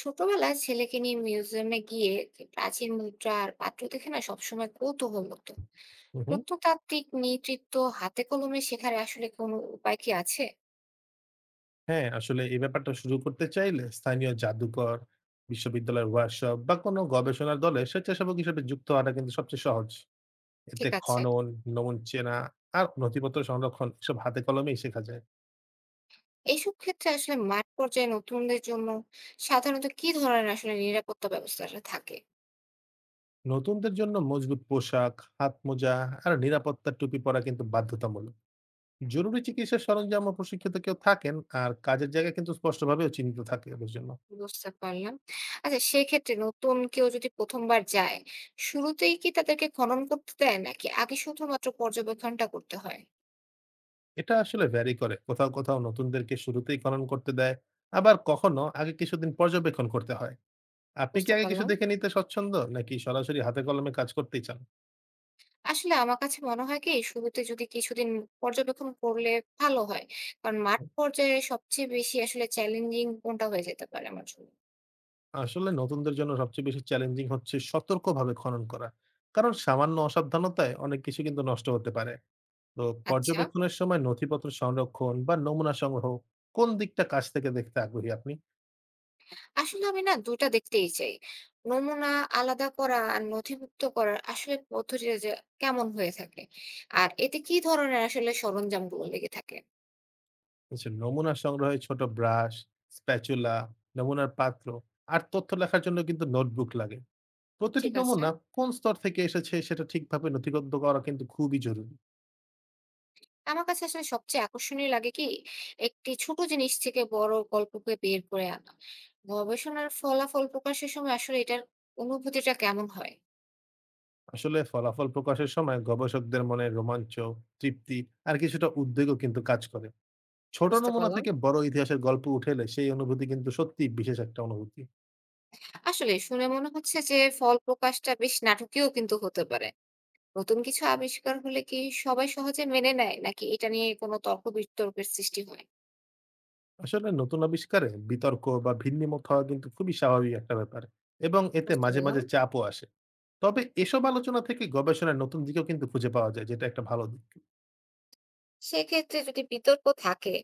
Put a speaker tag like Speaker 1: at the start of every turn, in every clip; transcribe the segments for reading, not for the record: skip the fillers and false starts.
Speaker 1: ছোটবেলায় ছেলেকে নিয়ে মিউজিয়ামে গিয়ে যে প্রাচীন মুদ্রা আর পাত্র দেখে না সবসময় কৌতূহল হতো।
Speaker 2: হুম, হুম।
Speaker 1: প্রত্নতাত্ত্বিক নেতৃত্ব। হাতে কলমে শেখার আসলে কোনো উপায় কি আছে?
Speaker 2: হ্যাঁ, আসলে এই ব্যাপারটা শুরু করতে চাইলে স্থানীয় জাদুঘর, বিশ্ববিদ্যালয়ের ওয়ার্কশপ বা কোনো গবেষণার দলে স্বেচ্ছাসেবক হিসেবে যুক্ত হওয়াটা কিন্তু সবচেয়ে সহজ। এতে
Speaker 1: ঠিক আছে।
Speaker 2: খনন, নমুন চেনা আর নথিপত্র সংরক্ষণ এসব হাতে কলমেই শেখা যায়।
Speaker 1: এইসব ক্ষেত্রে আসলে মাঠ পর্যায়ে নতুনদের জন্য সাধারণত কি ধরনের আসলে নিরাপত্তা ব্যবস্থাটা থাকে?
Speaker 2: নতুনদের জন্য মজবুত পোশাক, হাত মোজা আর নিরাপত্তার টুপি পরা কিন্তু বাধ্যতামূলক। জরুরি চিকিৎসার সরঞ্জাম ও প্রশিক্ষিত কেউ থাকেন আর কাজের জায়গা কিন্তু স্পষ্টভাবেও চিহ্নিত থাকে ওদের জন্য।
Speaker 1: বুঝতে পারলাম। আচ্ছা, সেক্ষেত্রে নতুন কেউ যদি প্রথমবার যায়, শুরুতেই কি তাদেরকে খনন করতে দেয় নাকি আগে শুধুমাত্র পর্যবেক্ষণটা করতে হয়?
Speaker 2: এটা আসলে ভ্যারি করে। কোথাও নতুনদেরকে শুরুতেই খনন করতে দেয়। আবার কখনো আগে কিছুদিন পর্যবেক্ষণ করতে হয়। আপনি কি
Speaker 1: বুঝতে
Speaker 2: আগে কিছু
Speaker 1: পারলাম।
Speaker 2: দেখে নিতে স্বচ্ছন্দ? নাকি সরাসরি হাতে কলমে কাজ করতেই চান?
Speaker 1: আসলে আমার কাছে মনে হয় কি শুরুতে যদি কিছুদিন পর্যবেক্ষণ করলে ভালো হয়। কারণ মাঠ পর্যায়ে সবচেয়ে বেশি আসলে চ্যালেঞ্জিং কোনটা হয়ে যেতে পারে আমার জন্য?
Speaker 2: আসলে নতুনদের জন্য সবচেয়ে বেশি চ্যালেঞ্জিং হচ্ছে সতর্কভাবে খনন করা। কারণ সামান্য অসাবধানতায় অনেক কিছু কিন্তু নষ্ট হতে পারে। তো
Speaker 1: আচ্ছা,
Speaker 2: পর্যবেক্ষণের সময় নথিপত্র সংরক্ষণ বা নমুনা সংগ্রহ, কোন দিকটা কাছ থেকে দেখতে আগ্রহী আপনি?
Speaker 1: আসলে আমি না ২ টা দেখতেই চাই। নমুনা আলাদা করা আর নথিভুক্ত করার আসলে পদ্ধতিটা যে কেমন হয়ে থাকে? আর এতে কি ধরনের আসলে সরঞ্জামগুলো লেগে থাকে?
Speaker 2: কিছু নমুনা সংগ্রহে ছোট ব্রাশ, স্প্যাচুলা, নমুনার পাত্র আর তথ্য লেখার জন্য কিন্তু নোটবুক লাগে। প্রতিটি
Speaker 1: ঠিক আছে।
Speaker 2: নমুনা কোন স্তর থেকে এসেছে সেটা ঠিকভাবে নথিবদ্ধ করা কিন্তু খুবই জরুরি।
Speaker 1: আমার কাছে আসলে সবচেয়ে আকর্ষণীয় লাগে কি একটি ছোট জিনিস থেকে বড় গল্পকে বের করে আনা। গবেষণার ফলাফল প্রকাশের সময় আসলে এটার অনুভূতিটা কেমন হয়?
Speaker 2: আসলে ফলাফল প্রকাশের সময় গবেষকদের মনে রোমাঞ্চ, তৃপ্তি আর কিছুটা উদ্বেগও কিন্তু কাজ করে। ছোট
Speaker 1: বুঝতে
Speaker 2: নমুনা
Speaker 1: পারলাম।
Speaker 2: থেকে বড় ইতিহাসের গল্প উঠে এলে সেই অনুভূতি কিন্তু সত্যিই বিশেষ একটা অনুভূতি।
Speaker 1: আসলে শুনে মনে হচ্ছে যে ফল প্রকাশটা বেশ নাটকীয় কিন্তু হতে পারে। নতুন কিছু আবিষ্কার হলে কি সবাই সহজে মেনে নেয় নাকি এটা নিয়ে কোনো তর্ক বিতর্কের সৃষ্টি হয়?
Speaker 2: আসলে নতুন আবিষ্কারে বিতর্ক বা ভিন্নিমত হওয়া কিন্তু খুবই স্বাভাবিক একটা ব্যাপার, এবং এতে
Speaker 1: বুঝতে
Speaker 2: মাঝে
Speaker 1: পারলাম।
Speaker 2: মাঝে চাপও আসে। তবে এসব আলোচনা থেকে গবেষণার নতুন দিকেও কিন্তু খুঁজে পাওয়া যায়, যেটা একটা ভালো দিক।
Speaker 1: সেক্ষেত্রে যদি বিতর্ক থাকে,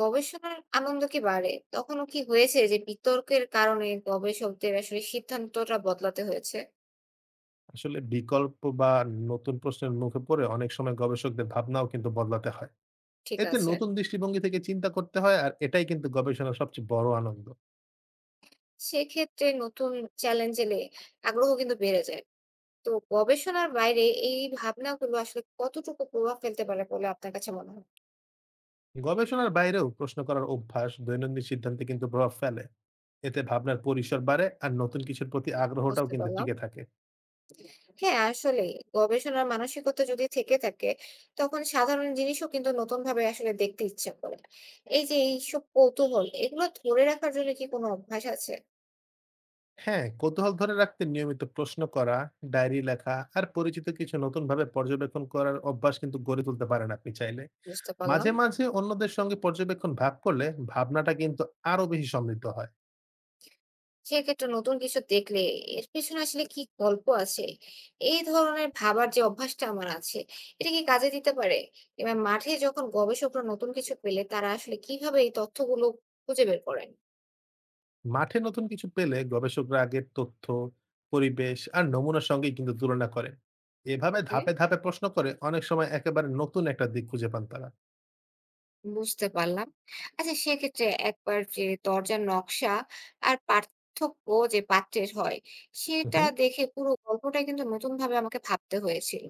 Speaker 1: গবেষণার আনন্দ কি বাড়ে? তখনও কি হয়েছে যে বিতর্কের কারণে গবেষকদের আসলে সিদ্ধান্তটা বদলাতে হয়েছে?
Speaker 2: আসলে বিকল্প বা নতুন প্রশ্নের মুখে পড়ে অনেক সময় গবেষকদের ভাবনাও কিন্তু বদলাতে হয়।
Speaker 1: ঠিক
Speaker 2: এতে
Speaker 1: আছে।
Speaker 2: নতুন দৃষ্টিভঙ্গি থেকে চিন্তা করতে হয় আর এটাই কিন্তু গবেষণার সবচেয়ে বড় আনন্দ।
Speaker 1: সেক্ষেত্রে নতুন চ্যালেঞ্জ এলে আগ্রহ কিন্তু বেড়ে যায়। তো গবেষণার বাইরে এই ভাবনাগুলো আসলে কতটুকু প্রভাব ফেলতে পারে বলে আপনার কাছে মনে হয়?
Speaker 2: গবেষণার বাইরেও প্রশ্ন করার অভ্যাস দৈনন্দিন সিদ্ধান্তে কিন্তু প্রভাব ফেলে। এতে ভাবনার পরিসর বাড়ে আর নতুন কিছুর প্রতি আগ্রহটাও
Speaker 1: বুঝতে
Speaker 2: কিন্তু
Speaker 1: পারলাম।
Speaker 2: টিকে থাকে।
Speaker 1: হ্যাঁ, আসলেই। গবেষণার মানসিকতা যদি থেকে থাকে, তখন সাধারণ জিনিসও কিন্তু নতুনভাবে আসলে দেখতে ইচ্ছা করে। এই যে এইসব কৌতূহল, এগুলো ধরে রাখার জন্য কি কোনো অভ্যাস আছে?
Speaker 2: হ্যাঁ, কৌতূহল ধরে রাখতে নিয়মিত প্রশ্ন করা, ডায়েরি লেখা আর পরিচিত কিছু নতুনভাবে পর্যবেক্ষণ করার অভ্যাস কিন্তু গড়ে তুলতে পারেন আপনি চাইলে।
Speaker 1: বুঝতে পারলাম।
Speaker 2: মাঝে মাঝে অন্যদের সঙ্গে পর্যবেক্ষণ ভাগ করলে ভাবনাটা কিন্তু আরো বেশি সমৃদ্ধ হয়।
Speaker 1: সেক্ষেত্রে নতুন কিছু দেখলে এর পেছনে আসলে কি গল্প আছে? এই ধরনের ভাবার যে অভ্যাসটা আমার আছে, এটা কি কাজে দিতে পারে? এবার মাঠে যখন গবেষকরা নতুন কিছু পেলে, তারা আসলে কিভাবে এই তথ্যগুলো খুঁজে বের করেন?
Speaker 2: মাঠে নতুন কিছু পেলে গবেষকরা আগের তথ্য, পরিবেশ আর নমুনার সঙ্গেই কিন্তু তুলনা করেন। এভাবে
Speaker 1: ওকে।
Speaker 2: ধাপে ধাপে প্রশ্ন করে অনেক সময় একেবারে নতুন একটা দিক খুঁজে পান তারা।
Speaker 1: বুঝতে পারলাম। আচ্ছা, সেক্ষেত্রে একবার যে দরজার নকশা আর পার্থক্য যে পাত্রের হয়, সেটা
Speaker 2: উহু।
Speaker 1: দেখে পুরো গল্পটাই কিন্তু নতুনভাবে আমাকে ভাবতে হয়েছিল।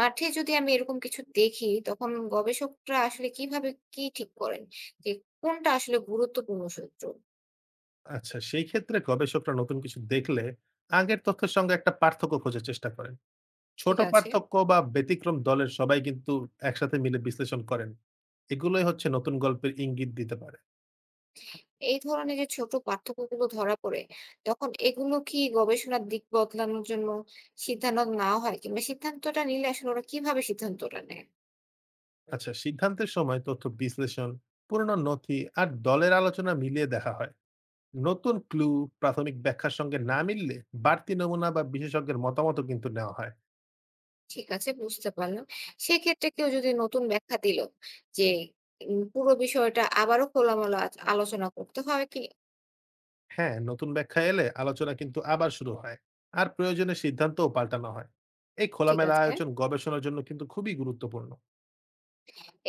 Speaker 1: মাঠে যদি আমি এরকম কিছু দেখি, তখন গবেষকরা আসলে কিভাবে কি ঠিক করেন? যে কোনটা আসলে গুরুত্বপূর্ণ সূত্র?
Speaker 2: আচ্ছা, সেই ক্ষেত্রে গবেষকরা নতুন কিছু দেখলে আগের তথ্যের সঙ্গে একটা পার্থক্য খোঁজার চেষ্টা করেন। ছোট
Speaker 1: ঠিক আছে?
Speaker 2: পার্থক্য বা ব্যতিক্রম দলের সবাই কিন্তু একসাথে মিলে বিশ্লেষণ করেন। এগুলোই হচ্ছে নতুন গল্পের ইঙ্গিত দিতে পারে।
Speaker 1: এই ধরনের যে ছোট পার্থক্যগুলো ধরা পড়ে, তখন এগুলো কি গবেষণার দিক বদলানোর জন্য সিদ্ধান্ত নেওয়া হয়? কিংবা সিদ্ধান্তটা নিলে আসলে ওরা কিভাবে সিদ্ধান্তটা নেয়?
Speaker 2: আচ্ছা, সিদ্ধান্তের সময় তথ্য বিশ্লেষণ, পুরনো নথি আর দলের আলোচনা মিলিয়ে দেখা হয়। নতুন ক্লু প্রাথমিক ব্যাখ্যার সঙ্গে না মিললে বাড়তি নমুনা বা বিশেষজ্ঞের মতামতও কিন্তু নেওয়া হয়।
Speaker 1: ঠিক আছে, বুঝতে পারলাম। সেক্ষেত্রে কেউ যদি নতুন ব্যাখ্যা দিল যে পুরো বিষয়টা আবারও খোলামেলা আলোচনা করতে হয় কি?
Speaker 2: হ্যাঁ, নতুন ব্যাখ্যা এলে আলোচনা কিন্তু আবার শুরু হয় আর প্রয়োজনে সিদ্ধান্তও পাল্টানো হয়। এই
Speaker 1: ঠিক
Speaker 2: খোলামেলা
Speaker 1: আছে।
Speaker 2: আয়োজন গবেষণার জন্য কিন্তু খুবই গুরুত্বপূর্ণ।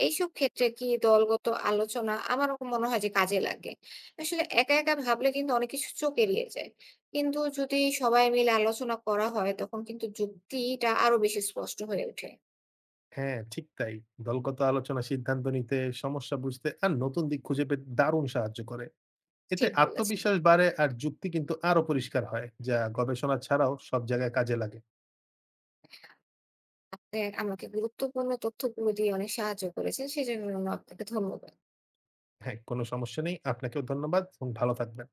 Speaker 1: এইসব ক্ষেত্রে কি দলগত আলোচনা আমারও মনে হয় যে কাজে লাগে। আসলে একা ভাবলে কিন্তু অনেক কিছু চোখ এড়িয়ে যায়। কিন্তু যদি সবাই মিলে আলোচনা করা হয় তখন কিন্তু যুক্তিটা আরো বেশি স্পষ্ট হয়ে ওঠে।
Speaker 2: হ্যাঁ, ঠিক তাই। দলগত আলোচনা সিদ্ধান্ত নিতে, সমস্যা বুঝতে আর নতুন দিক খুঁজে পেতে দারুণ সাহায্য করে। এতে
Speaker 1: ঠিক বলেছেন।
Speaker 2: আত্মবিশ্বাস বাড়ে আর যুক্তি কিন্তু আরো পরিষ্কার হয়, যা গবেষণা ছাড়াও সব জায়গায় কাজে লাগে।
Speaker 1: আপনি আমাকে গুরুত্বপূর্ণ তথ্যগুলো দিয়ে অনেক সাহায্য করেছেন। সেজন্য আপনাকে ধন্যবাদ।
Speaker 2: হ্যাঁ, কোনো সমস্যা নেই। আপনাকেও ধন্যবাদ এবং ভালো থাকবেন।